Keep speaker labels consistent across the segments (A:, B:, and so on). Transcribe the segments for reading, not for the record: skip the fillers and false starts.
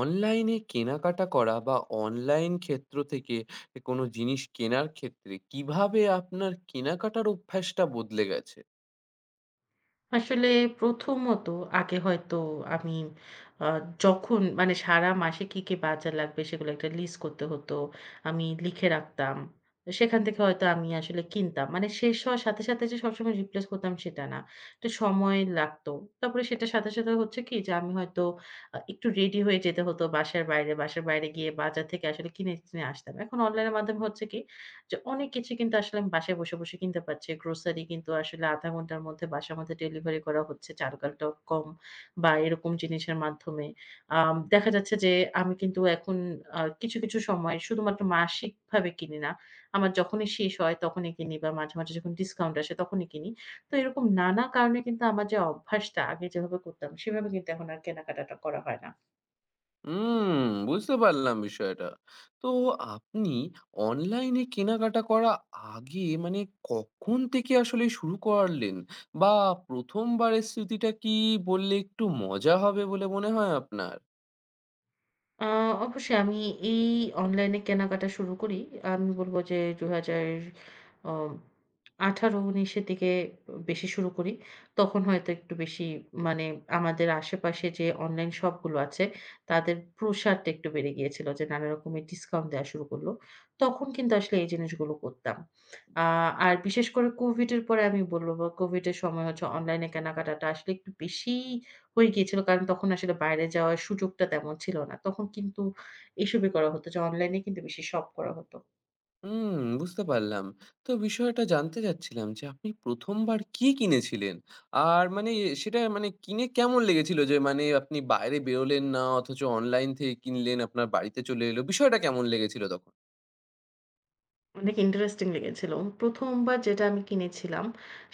A: অনলাইনে কেনাকাটা করা বা অনলাইন ক্ষেত্র থেকে কোনো জিনিস কেনার ক্ষেত্রে কিভাবে আপনার কেনাকাটার অভ্যাসটা বদলে গেছে?
B: আসলে প্রথমত আগে হয়তো আমি আ যখন মানে সারা মাসে কি, কি বাজার লাগবে সেগুলো একটা লিস্ট করতে হতো। আমি লিখে রাখতাম। তো সেখান থেকে হয়তো আমি আসলে কিনতাম। মানে শেষ হওয়ার সাথে, সাথে যে সবসময় রিপ্লেস করতাম সেটা না। একটু সময় লাগতো। তারপরে সেটার সাথে, সাথে হচ্ছে কি যে আমি হয়তো একটু রেডি হয়ে যেতে হতো বাসার বাইরে। বাসার বাইরে গিয়ে বাজার থেকে আসলে কিনে, কিনে আসতাম। এখন অনলাইনের মাধ্যমে হচ্ছে কি যে অনেক কিছু কিন্তু আসলে আমি বাসায় বসে, বসে কিনতে পারছি। গ্রোসারি কিন্তু আসলে ০.৫ ঘন্টার মধ্যে বাসার মধ্যে ডেলিভারি করা হচ্ছে Charugal.com বা এরকম জিনিসের মাধ্যমে। দেখা যাচ্ছে যে আমি কিন্তু এখন কিছু, কিছু সময় শুধুমাত্র মাসিকভাবে কিনি না। আমার যখনই শেষ হয় তখনই কিনি বা মাঝে, মাঝে যখন ডিসকাউন্ট আসে তখনই কিনি। তো এরকম নানা কারণে কিন্তু আমার যে অভ্যাসটা আগে যেভাবে করতাম সেভাবে কিন্তু এখন আর কেনাকাটাটা করা হয় না।
A: হুম, বুঝতে পারলাম বিষয়টা। তো আপনি অনলাইনে কেনাকাটা করা আগে মানে কখন থেকে আসলে শুরু করলেন? বা ১ম বারের স্মৃতিটা কি বললে একটু মজা হবে বলে মনে হয় আপনার?
B: আ অবশ্যই আমি এই অনলাইনে কেনাকাটা শুরু করি। আমি বলব যে ২০00 অ ১৮-১৯ এর দিকে বেশি শুরু করি। তখন হয়তো একটু বেশি মানে আমাদের আশেপাশে যে অনলাইন শপগুলো আছে, তাদের প্রসারটা একটু বেড়ে গিয়েছিল যে নানা রকমের ডিসকাউন্ট দেয়া শুরু করল। তখন কিন্তু আসলে এই জিনিসগুলো করতাম। আ আর বিশেষ করে কোভিডের পরে আমি বলব বা কোভিডের সময় হচ্ছে অনলাইনে কেনাকাটাটা আসলে একটু বেশিই হয়ে গিয়েছিল। কারণ তখন আসলে বাইরে যাওয়ার সুযোগটা তেমন ছিল না। তখন কিন্তু এসবই করা হতো যে অনলাইনে কিন্তু বেশি শপ করা হতো।
A: হুম, বুঝতে পারলাম। তো বিষয়টা জানতে চাচ্ছিলাম যে আপনি ১ম বার কি কিনেছিলেন? আর মানে সেটা মানে কিনে কেমন লেগেছিল? যে মানে আপনি বাইরে বেরোলেন না অথচ অনলাইন থেকে কিনলেন, আপনার বাড়িতে চলে এলো। বিষয়টা কেমন লেগেছিল তখন?
B: অনেক ইন্টারেস্টিং লেগেছিল। ১ম বার যেটা আমি কিনেছিলাম,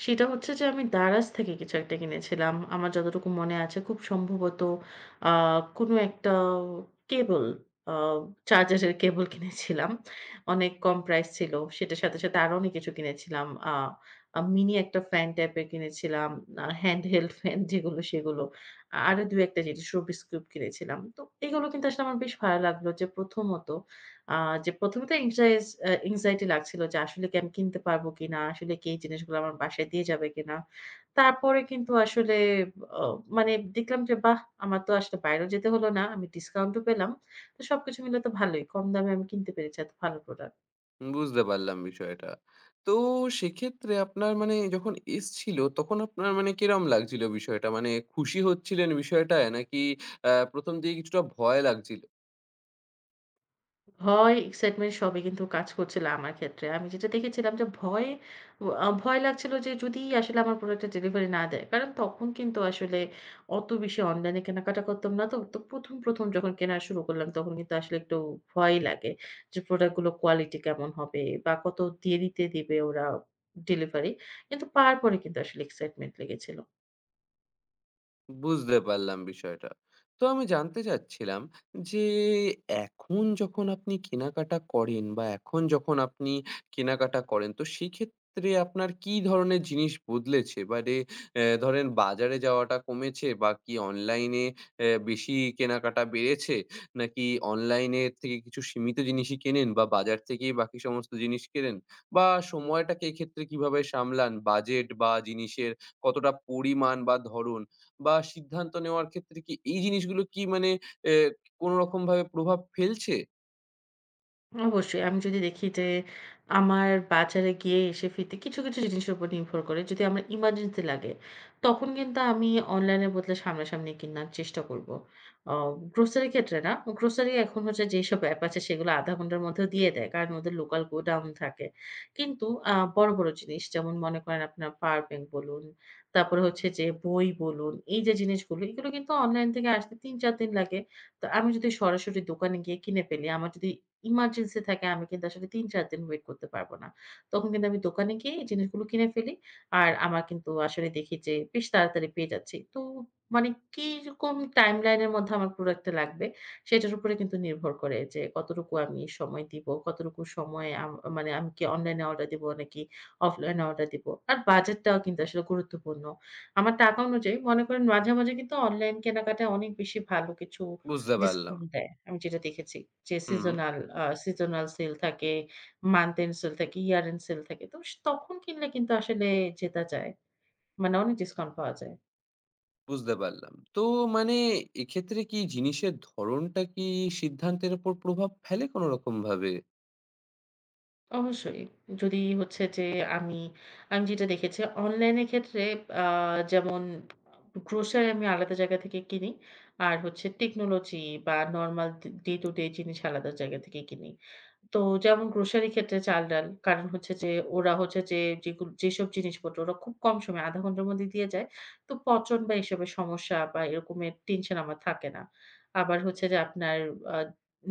B: সেটা হচ্ছে যে আমি দারাজ থেকে কিছু একটা কিনেছিলাম। আমার যতটুকু মনে আছে খুব সম্ভবত আ কোনো একটা কেবল আ চার্জারের কেবল কিনেছিলাম। অনেক কম প্রাইস ছিল। সেটার সাথে, সাথে আরো অনেক কিছু কিনেছিলাম। আ আ মিনি একটা ফ্যান টাইপের কিনেছিলাম। হ্যান্ড হেল্ড ফ্যান যেগুলো সেগুলো। আরো ২-১ টা জিনিস, রুবিকস কিউব কিনেছিলাম। তো এগুলো কিন্তু আসলে আমার বেশ ভালো লাগলো যে প্রথমত আ যে ১ম তো এংজাইজ আ এংজাইটি লাগছিল যে আসলে কি আমি কিনতে পারবো কিনা? আসলে কি এই জিনিসগুলো আমার বাসায় দিয়ে যাবে কিনা? তারপরে কিন্তু আসলে অ মানে দেখলাম যে বাহ! আমার তো আসলে বাইরেও যেতে হলো না। আমি ডিসকাউন্টও পেলাম। তো সবকিছু মিলে তো ভালোই। কম দামে আমি কিনতে পেরেছি এত ভালো প্রোডাক্ট।
A: বুঝতে পারলাম বিষয়টা। তো সেক্ষেত্রে আপনার মানে যখন এসছিল তখন আপনার মানে কিরকম লাগছিল বিষয়টা? মানে খুশি হচ্ছিলেন বিষয়টায় নাকি ১ম দিকে কিছুটা ভয় লাগছিল?
B: ভয়, excitement সবই কিন্তু কাজ করছিল আমার ক্ষেত্রে। আমি যেটা দেখেছিলাম যে ভয় লাগছিল যে যদি আসলে আমার প্রোডাক্টটা ডেলিভারি না দেয়। কারণ তখন কিন্তু আসলে অত বেশি অনলাইনে কেনাকাটা করতাম না তো। তো ১ম যখন কেনা শুরু করলাম তখন কিন্তু আসলে একটু ভয়ই লাগে যে প্রোডাক্ট গুলো কোয়ালিটি কেমন হবে বা কত দেরিতে দিবে ওরা ডেলিভারি। কিন্তু পাওয়ার পরে কিন্তু আসলে excitement লেগেছিল।
A: বুঝতে পারলাম বিষয়টা। তো আমি জানতে চাচ্ছিলাম যে এখন যখন আপনি কেনাকাটা করেন বা এখন যখন আপনি কেনাকাটা করেন তো সেক্ষেত্রে আপনার কি ধরনের জিনিস বদলেছে? মানে ধরেন বাজারে যাওয়াটা কমেছে বা কি অনলাইনে বেশি কেনাকাটা বেড়েছে? নাকি অনলাইনে থেকে কিছু সীমিত জিনিসই কেনেন বা বাজার থেকেই বাকি সমস্ত জিনিস কেনেন? বা সময়টাকে এক্ষেত্রে কিভাবে সামলান? বাজেট বা জিনিসের কতটা পরিমাণ বা ধরন বা সিদ্ধান্ত নেওয়ার ক্ষেত্রে কি এই জিনিসগুলো কি মানে এ কোনো রকমভাবে প্রভাব ফেলছে?
B: অবশ্যই। আমি যদি দেখি যে আমার বাজারে গিয়ে এসে ফিরতে কিছু, কিছু জিনিসের উপর নির্ভর করে। যদি আমার ইমার্জেন্সি লাগে, তখন কিন্তু আমি অনলাইনের বদলে সামনাসামনি কিনার চেষ্টা করব। অ গ্রোসারির ক্ষেত্রে না। গ্রোসারি এখন হচ্ছে যেসব অ্যাপ আছে সেগুলো ০.৫ ঘন্টার মধ্যেও দিয়ে দেয়। কারণ ওদের লোকাল গোডাউন থাকে। কিন্তু বড়, বড় জিনিস যেমন মনে করেন আপনার পাওয়ার ব্যাংক বলুন, তারপরে হচ্ছে যে বই বলুন, এই যে জিনিসগুলো এগুলো কিন্তু অনলাইন থেকে আসতে ৩-৪ দিন লাগে। তো আমি যদি সরাসরি দোকানে গিয়ে কিনে ফেলি, আমার যদি ইমার্জেন্সি থাকে আমি কিন্তু আসলে ৩-৪ দিন ওয়েট করতে পারব না। তখন কিন্তু আমি দোকানে গিয়ে এই জিনিসগুলো কিনে ফেলি। আর আমার কিন্তু আসলে দেখি যে বেশ তাড়াতাড়ি পেয়ে যাচ্ছি। তো মানে কিরকম টাইমলাইন এর মধ্যে আমার প্রোডাক্টটা লাগবে সেটার উপরে কিন্তু নির্ভর করে যে কতটুকু আমি সময় দিব, কতটুকু সময় আম মানে আমি কি অনলাইনে অর্ডার দিব নাকি অফলাইনে অর্ডার দিব। আর বাজেটটাও কিন্তু আসলে গুরুত্বপূর্ণ। আমার টাকা অনুযায়ী মনে করেন মাঝে, মাঝে কিন্তু অনলাইন কেনাকাটায় অনেক বেশি ভালো কিছু
A: বুঝতে পারলাম।
B: ডিসকাউন্ট দেয়। আমি যেটা দেখেছি যে
A: হুম, হুম।
B: সিজনাল সেল থাকে, মান্থ এন্ড সেল থাকে, ইয়ার এন্ড সেল থাকে। তো সে তখন কিনলে কিন্তু আসলে জেতা যায়। মানে অনেক ডিসকাউন্ট পাওয়া যায়।
A: বুঝতে পারলাম। তো মানে এক্ষেত্রে কি জিনিসের ধরণটা কি সিদ্ধান্তের উপর প্রভাব ফেলে কোনো রকমভাবে?
B: অবশ্যই। যদি হচ্ছে যে আমি, আমি যেটা দেখেছি অনলাইনের ক্ষেত্রে আ যেমন গ্রোসারি আমি আলাদা জায়গা থেকে কিনি। আর হচ্ছে টেকনোলজি বা নরমাল ডে টু ডে জিনিস আলাদা জায়গা থেকে কিনি। তো যেমন গ্রোসারি ক্ষেত্রে চাল-ডাল। কারণ হচ্ছে যে ওরা হচ্ছে যে যেসব জিনিসপত্র ওরা খুব কম সময়ে ০.৫ ঘন্টার মধ্যে দিয়ে যায়। তো পচন বা এসবের সমস্যা বা এরকমের টেনশন আমার থাকে না। আবার হচ্ছে যে আপনার আ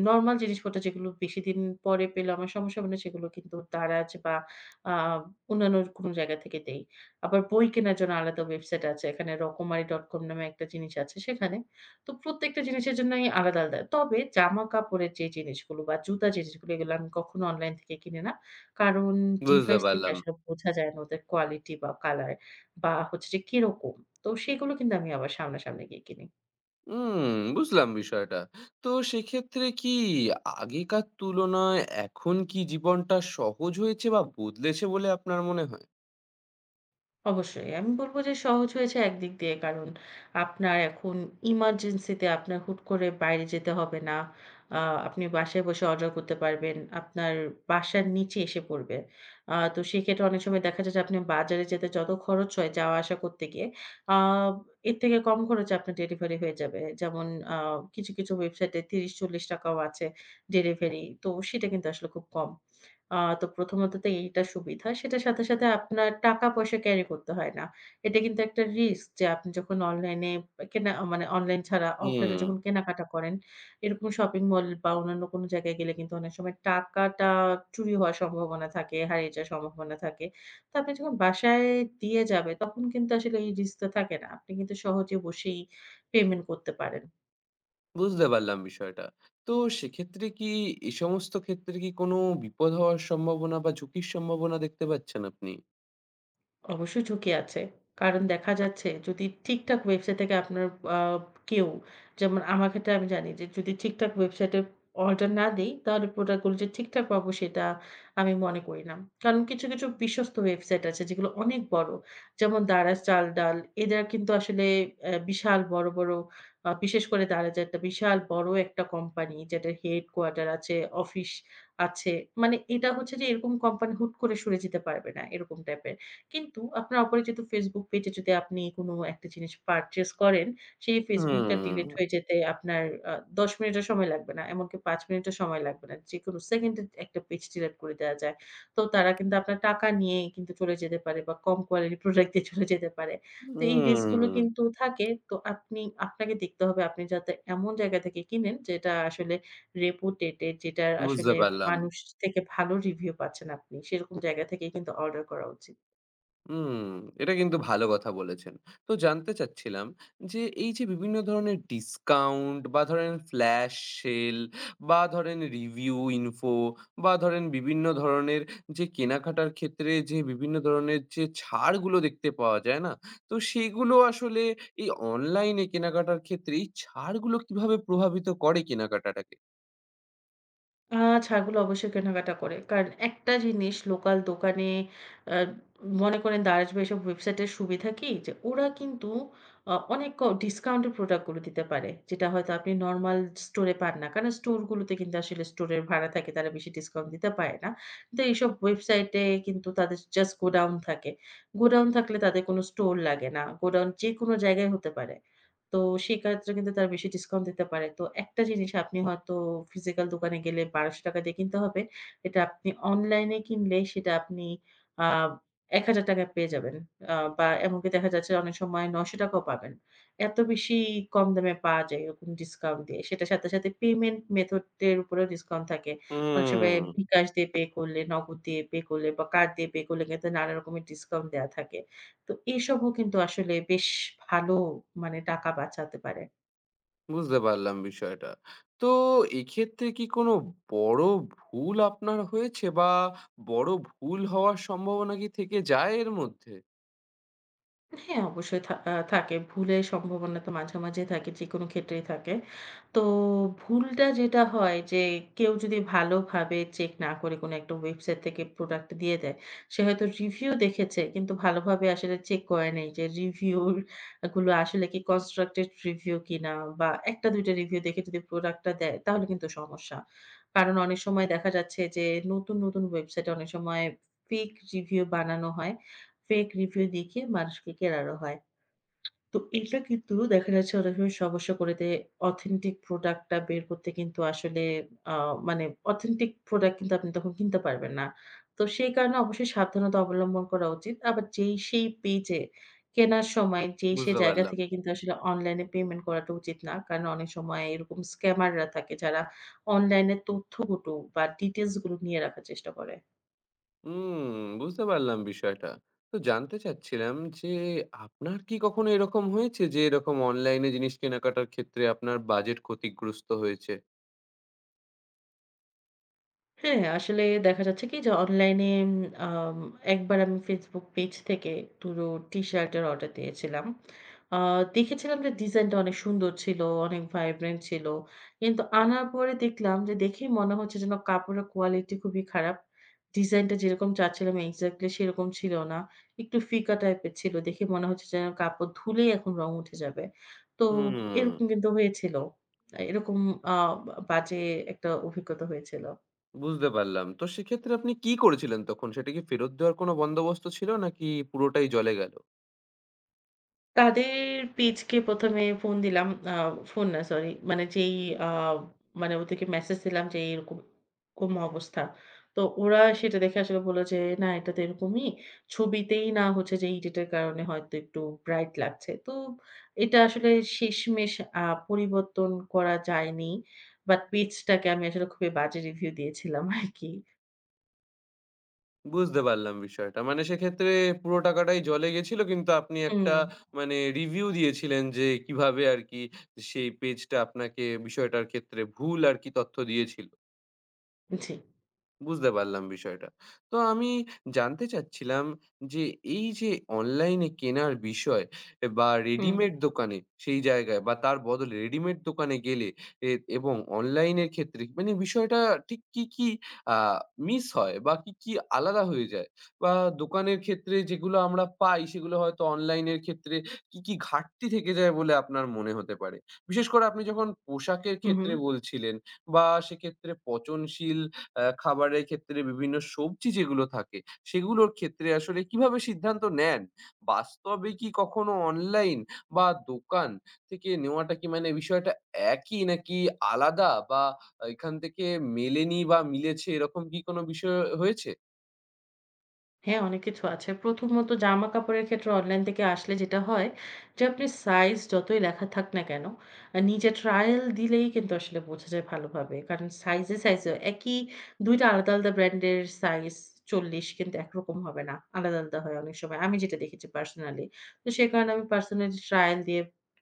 B: নরমাল জিনিসপত্র যেগুলো বেশি দিন পরে পেলে আমার সমস্যা হবে না সেগুলো কিন্তু দারাজ বা আ অন্যান্য কোনো জায়গা থেকে দেই। আবার বই কেনার জন্য আলাদা ওয়েবসাইট আছে। এখানে রকমারি ডটকম নামে একটা জিনিস আছে সেখানে তো প্রত্যেকটা জিনিসের জন্যই আলাদা, আলাদা। তবে জামাকাপড়ের যে জিনিসগুলো বা জুতা যে জিনিসগুলো এগুলো আমি কখনো অনলাইন থেকে কিনি না। কারণ
A: বুঝতে
B: ডিভাইস থেকে
A: পারলাম।
B: আসলে বোঝা যায় না ওদের কোয়ালিটি বা কালার বা হচ্ছে যে কিরকম। তো সেগুলো কিন্তু আমি আবার সামনাসামনি গিয়ে কিনি।
A: বুঝলাম বিষয়টা। তো সেক্ষেত্রে কি আগেকার তুলনায় এখন কি জীবনটা সহজ হয়েছে বা বদলেছে বলে আপনার মনে হয়?
B: অবশ্যই। আমি বলব যে সহজ হয়েছে একদিক দিয়ে। কারণ আপনার এখন ইমার্জেন্সি তে আপনার হুট করে বাইরে যেতে হবে না। আ আপনি বাসায় বসে অর্ডার করতে পারবেন। আপনার বাসার নিচে এসে পড়বে। তো সেক্ষেত্রে অনেক সময় দেখা যায় যে আপনি বাজারে যেতে যত খরচ হয় যাওয়া আসা করতে গিয়ে, আ এর থেকে কম খরচে আপনার ডেলিভারি হয়ে যাবে। যেমন আ কিছু, কিছু ওয়েবসাইটে ৳৩০-৳৪০ টাকাও আছে ডেলিভারি। তো সেটা কিন্তু আসলে খুব কম। তো প্রথমত তো এইটা সুবিধা। সেটার সাথে, সাথে আপনার টাকা-পয়সা ক্যারি করতে হয় না। এটা কিন্তু একটা রিস্ক যে আপনি যখন অনলাইনে মানে অনলাইন ছাড়া অফলাইনে
A: হুম।
B: যখন কেনাকাটা করেন, এরকম শপিং মল বা অন্যান্য কোনো জায়গায় গেলে কিন্তু অনেক সময় টাকাটা চুরি হওয়ার সম্ভাবনা থাকে, হারিয়ে যাওয়ার সম্ভাবনা থাকে। তো আপনি যখন বাসায় দিয়ে যাবে তখন কিন্তু আসলে এই রিস্কটা থাকে না। আপনি কিন্তু সহজে বসেই পেমেন্ট করতে পারেন।
A: বুঝতে পারলাম বিষয়টা। তো সেক্ষেত্রে কি এ সমস্ত ক্ষেত্রে কি কোনো বিপদ হওয়ার সম্ভাবনা বা ঝুঁকির সম্ভাবনা দেখতে পাচ্ছেন আপনি?
B: অবশ্যই ঝুঁকি আছে। কারণ দেখা যাচ্ছে যদি ঠিকঠাক ওয়েবসাইট থেকে আপনার আ কেউ যেমন আমার ক্ষেত্রে আমি জানি যে যদি ঠিকঠাক ওয়েবসাইটে অর্ডার না দেই তাহলে প্রোডাক্ট গুলো যে ঠিকঠাক পাবো সেটা আমি মনে করি না। কারণ কিছু, কিছু বিশ্বস্ত ওয়েবসাইট আছে যেগুলো অনেক বড়। যেমন Daraz, চাল-ডাল এদের কিন্তু আসলে বিশাল বড়, বড় আ বিশেষ করে Daraz একটা বিশাল বড় একটা কোম্পানি যেটার হেডকোয়ার্টার আছে, অফিস আছে। মানে এটা হচ্ছে যে এরকম কোম্পানি হুট করে সরে যেতে পারবে না এরকম টাইপের। কিন্তু আপনার অপরিচিত Facebook পেজে যদি আপনি কোন একটা জিনিস পারচেজ করেন, সেই Facebook টা
A: হুম,
B: ডিলিট হয়ে যেতে আপনার আ ১০ মিনিটও সময় লাগবে না। এমনকি ৫ মিনিটও সময় লাগবে না। যেকোনো সেকেন্ডে একটা পেজ ডিলিট করে দেয়া যায়। তো তারা কিন্তু আপনার টাকা নিয়ে কিন্তু চলে যেতে পারে বা কম কোয়ালিটি প্রোডাক্ট দিয়ে চলে যেতে পারে। তো এই রিস্ক গুলো
A: হুম,
B: কিন্তু থাকে। তো আপনি আপনাকে দেখতে হবে আপনি যাতে এমন জায়গা থেকে কিনেন যেটা আসলে রেপুটেটেড যেটার
A: বুঝতে
B: আসলে
A: পারলাম।
B: মানুষ থেকে ভালো রিভিউ পাচ্ছেন আপনি। সেরকম জায়গা থেকেই কিন্তু অর্ডার করা উচিত।
A: হুম, এটা কিন্তু ভালো কথা বলেছেন। তো জানতে চাচ্ছিলাম যে এই যে বিভিন্ন ধরনের ডিসকাউন্ট বা ধরেন ফ্ল্যাশ সেল বা ধরেন রিভিউ ইনফো বা ধরেন বিভিন্ন ধরনের যে কেনাকাটার ক্ষেত্রে যে বিভিন্ন ধরনের যে ছাড়গুলো দেখতে পাওয়া যায় না? তো সেগুলো আসলে এই অনলাইনে কেনাকাটার ক্ষেত্রে এই ছাড়গুলো কিভাবে প্রভাবিত করে কেনাকাটাটাকে?
B: আ ছাড়গুলো অবশ্যই কেনাকাটা করে। কারণ একটা জিনিস লোকাল দোকানে আ মনে করেন Darash বা এসব ওয়েবসাইটের সুবিধা কি? যে ওরা কিন্তু অনেক ডিসকাউন্টের প্রোডাক্ট গুলো দিতে পারে। যেটা হয়তো আপনি নরমাল স্টোরে পান না। কারণ স্টোরগুলোতে কিন্তু আসলে স্টোরের ভাড়া থাকে, তারা বেশি ডিসকাউন্ট দিতে পারে না। কিন্তু এইসব ওয়েবসাইটে কিন্তু তাদের জাস্ট গোডাউন থাকে। গোডাউন থাকলে তাদের কোনো স্টোর লাগে না। গোডাউন যেকোনো জায়গায় হতে পারে। তো সেই ক্ষেত্রে কিন্তু তারা বেশি ডিসকাউন্ট দিতে পারে। তো একটা জিনিস আপনি হয়তো ফিজিক্যাল দোকানে গেলে ৳১,২০০ দিয়ে কিনতে হবে। এটা আপনি অনলাইনে কিনলে সেটা আপনি আ ৳১,০০০ পেয়ে যাবেন। বা এমনকি দেখা যাচ্ছে অনেক সময় ৳৯০০ ও পাবেন। এত বেশি কম দামে পাওয়া যায় এরকম ডিসকাউন্ট দিয়ে। সেটার সাথে, সাথে পেমেন্ট মেথড এর উপরেও ডিসকাউন্ট থাকে। অনেক সময়
A: হুম।
B: বিকাশ দিয়ে পে করলে, নগদ দিয়ে পে করলে বা কার্ড দিয়ে পে করলে কিন্তু নানা রকমের ডিসকাউন্ট দেয়া থাকে। তো এসবও কিন্তু আসলে বেশ ভালো মানে টাকা বাঁচাতে পারে।
A: বুঝতে পারলাম বিষয়টা। তো এক্ষেত্রে কি কোনো বড় ভুল আপনার হয়েছে? বা বড় ভুল হওয়ার সম্ভাবনা কি থেকে যায় এর মধ্যে?
B: হ্যাঁ, অবশ্যই থা আ থাকে। ভুলের সম্ভাবনা তো মাঝে, মাঝেই থাকে। যেকোনো ক্ষেত্রেই থাকে। তো ভুলটা যেটা হয় যে কেউ যদি ভালোভাবে চেক না করে কোনো একটা ওয়েবসাইট থেকে প্রোডাক্ট দিয়ে দেয়, সে হয়তো রিভিউ দেখেছে কিন্তু ভালোভাবে আসলে চেক করে নাই যে রিভিউর গুলো আসলে কি কনস্ট্রাক্টেড রিভিউ কিনা বা ১ টা ২ টা রিভিউ দেখে যদি প্রোডাক্টটা দেয় তাহলে কিন্তু সমস্যা। কারণ অনেক সময় দেখা যাচ্ছে যে নতুন, নতুন ওয়েবসাইটে অনেক সময় ফেক রিভিউ বানানো হয়। ফেক রিভিউ দেখিয়ে মানুষকে কেরানো হয়। তো এটা কিন্তু দেখা যাচ্ছে অনেক সময় সমস্যা করে দেয়। অথেন্টিক প্রোডাক্ট টা বের করতে কিন্তু আসলে আ মানে অথেন্টিক প্রোডাক্ট কিন্তু আপনি তখন কিনতে পারবেন না। তো সেই কারণে অবশ্যই সাবধানতা অবলম্বন করা উচিত। আবার যেই সেই পেজে কেনার সময় যেই সেই
A: বুঝতে
B: জায়গা
A: পারলাম।
B: থেকে কিন্তু আসলে অনলাইনে পেমেন্ট করাটা উচিত না। কারণ অনেক সময় এরকম স্ক্যামাররা থাকে যারা অনলাইনে তথ্যগুলো বা ডিটেইলস গুলো নিয়ে রাখার চেষ্টা করে।
A: হুম, বুঝতে পারলাম বিষয়টা। তো জানতে চাচ্ছিলাম যে আপনার কি কখনো এরকম হয়েছে যে এরকম অনলাইনে জিনিস কেনাকাটার ক্ষেত্রে আপনার বাজেট ক্ষতিগ্রস্ত হয়েছে?
B: হ্যাঁ, আসলে দেখা যাচ্ছে কি? যে অনলাইনে আম একবার আমি Facebook পেজ থেকে দুটো টি-শার্ট এর অর্ডার দিয়েছিলাম। আ দেখেছিলাম যে ডিজাইনটা অনেক সুন্দর ছিল, অনেক ভাইব্রেন্ট ছিল। কিন্তু আনার পরে দেখলাম যে দেখেই মনে হচ্ছে যেন কাপড়ের কোয়ালিটি খুবই খারাপ। ডিজাইনটা যেরকম চাচ্ছিলাম এক্সাক্টলি সেরকম ছিল না। একটু ফিকা টাইপের ছিল। দেখে মনে হচ্ছে যেন কাপড় ধুলেই এখন রং উঠে যাবে। তো
A: হুম,
B: এরকম কিন্তু হয়েছিল। এরকম আ বাজে একটা অভিজ্ঞতা হয়েছিল।
A: বুঝতে পারলাম। তো সেক্ষেত্রে আপনি কি করেছিলেন তখন? সেটা কি ফেরত দেওয়ার কোনো বন্দোবস্ত ছিল নাকি পুরোটাই জলে গেল?
B: তাদের পেজকে ১ম এ ফোন দিলাম। ফোন না সরি। মানে যেই আ মানে ওদেরকে মেসেজ দিলাম যে এরকম এরকম অবস্থা। তো ওরা সেটা দেখে আসলে বলল যে, "না এটা তো এরকমই। ছবিতেই না হচ্ছে যে এডিটের কারণে হয়তো একটু ব্রাইট লাগছে।" তো এটা আসলে শেষমেষ আ পরিবর্তন করা যায়নি। বাট পেজটাকে আমি আসলে খুবই বাজে রিভিউ দিয়েছিলাম আরকি।
A: বুঝতে পারলাম বিষয়টা। মানে সেক্ষেত্রে পুরো টাকাটাই জলে গেছিল কিন্তু আপনি
B: হুম।
A: একটা মানে রিভিউ দিয়েছিলেন যে কিভাবে আরকি সেই পেজটা আপনাকে বিষয়টার ক্ষেত্রে ভুল আরকি তথ্য দিয়েছিল।
B: জি।
A: বুঝতে পারলাম বিষয়টা। তো আমি জানতে চাচ্ছিলাম যে এই যে অনলাইনে কেনার বিষয় বা
B: হুম,
A: রেডিমেড দোকানে সেই জায়গায় বা তার বদলে রেডিমেড দোকানে গেলে এ এবং অনলাইনের ক্ষেত্রে মানে বিষয়টা ঠিক কি, কি আ মিস হয় বা কি, কি আলাদা হয়ে যায়? বা দোকানের ক্ষেত্রে যেগুলো আমরা পাই সেগুলো হয়তো অনলাইনের ক্ষেত্রে কি, কি ঘাটতি থেকে যায় বলে আপনার মনে হতে পারে? বিশেষ করে আপনি যখন পোশাকের
B: হু, হু।
A: ক্ষেত্রে বলছিলেন বা সেক্ষেত্রে পচনশীল খাবারের ক্ষেত্রে বিভিন্ন সবজি যেগুলো থাকে, সেগুলোর ক্ষেত্রে আসলে কিভাবে সিদ্ধান্ত নেন? বাস্তবে কি কখনো অনলাইন বা দোকান থেকে নেওয়াটা কি মানে বিষয়টা একই নাকি আলাদা বা এখান থেকে মেলেনি বা মিলেছে এরকম কি কোনো বিষয় হয়েছে?
B: হ্যাঁ, অনেক কিছু আছে। প্রথমত জামাকাপড়ের ক্ষেত্রে অনলাইন থেকে আসলে যেটা হয় যে, আপনি সাইজ যতই লেখা থাক না কেন, নিজে ট্রায়াল দিলেই কিন্তু আসলে বোঝা যায় ভালোভাবে। কারণ সাইজে, সাইজে একই ২ টা আলাদা, আলাদা ব্র্যান্ডের সাইজ ৪০ কিন্তু একরকম হবে না। আলাদা, আলাদা হয় অনেক সময়। আমি যেটা দেখেছি পার্সোনালি। তো সেই কারণে আমি পার্সোনালি ট্রায়াল দিয়ে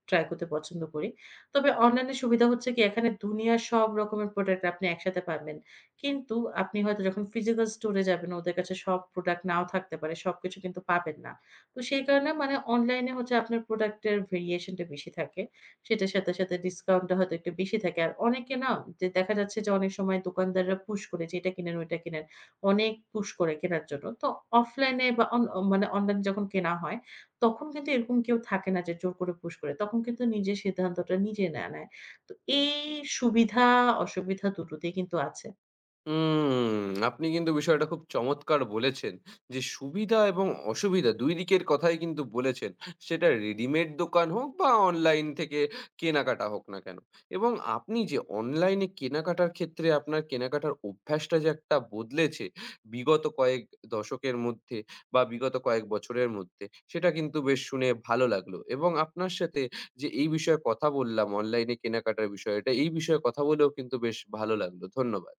B: ট্রাই করতে পছন্দ করি। তবে অনলাইনে সুবিধা হচ্ছে কি, এখানে দুনিয়ার সব রকমের প্রোডাক্ট আপনি একসাথে পাবেন। কিন্তু আপনি হয়তো যখন physical store এ যাবেন ওদের কাছে সব প্রোডাক্ট নাও থাকতে পারে। সবকিছু কিন্তু পাবেন না। তো সেই কারণে মানে অনলাইনে হচ্ছে আপনার প্রোডাক্টের ভেরিয়েশন টা বেশি থাকে। সেটার সাথে, সাথে ডিসকাউন্ট টা হয়তো একটু বেশি থাকে। আর অনেকে না যে দেখা যাচ্ছে যে অনেক সময় দোকানদাররা পুশ করে যে এটা কিনেন, ওইটা কিনেন। অনেক পুশ করে কেনার জন্য। তো অফলাইনে বা অন মানে অনলাইনে যখন কেনা হয় তখন কিন্তু এরকম কেউ থাকে না যে জোর করে পুশ করে। তখন কিন্তু নিজের সিদ্ধান্তটা নিজে নেয়া নেয়। তো এই সুবিধা অসুবিধা দুটোতেই কিন্তু আছে।
A: আপনি কিন্তু বিষয়টা খুব চমৎকার বলেছেন। যে সুবিধা এবং অসুবিধা ২ দিকের কথাই কিন্তু বলেছেন। সেটা রেডিমেড দোকান হোক বা অনলাইন থেকে কেনাকাটা হোক না কেন? এবং আপনি যে অনলাইনে কেনাকাটার ক্ষেত্রে আপনার কেনাকাটার অভ্যাসটা যে একটা বদলেছে বিগত কয়েক দশকের মধ্যে বা বিগত কয়েক বছরের মধ্যে সেটা কিন্তু বেশ শুনে ভালো লাগলো। এবং আপনার সাথে যে এই বিষয়ে কথা বললাম অনলাইনে কেনাকাটার বিষয়ে এটা এই বিষয়ে কথা বলেও কিন্তু বেশ ভালো লাগলো। ধন্যবাদ।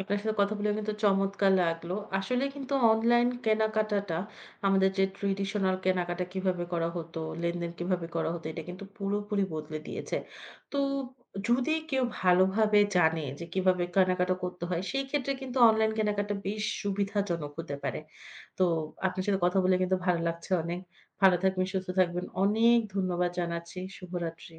B: আপনার সাথে কথা বলে কিন্তু চমৎকার লাগলো। আসলে কিন্তু অনলাইন কেনাকাটাটা আমাদের যে ট্রেডিশনাল কেনাকাটা কিভাবে করা হতো, লেনদেন কিভাবে করা হতো এটা কিন্তু পুরোপুরি বদলে দিয়েছে। তো যদি কেউ ভালোভাবে জানে যে কিভাবে কেনাকাটা করতে হয়, সেই ক্ষেত্রে কিন্তু অনলাইন কেনাকাটা বেশ সুবিধাজনক হতে পারে। তো আপনার সাথে কথা বলে কিন্তু ভালো লাগছে অনেক। ভালো থাকবেন, সুস্থ থাকবেন। অনেক ধন্যবাদ জানাচ্ছি। শুভরাত্রি।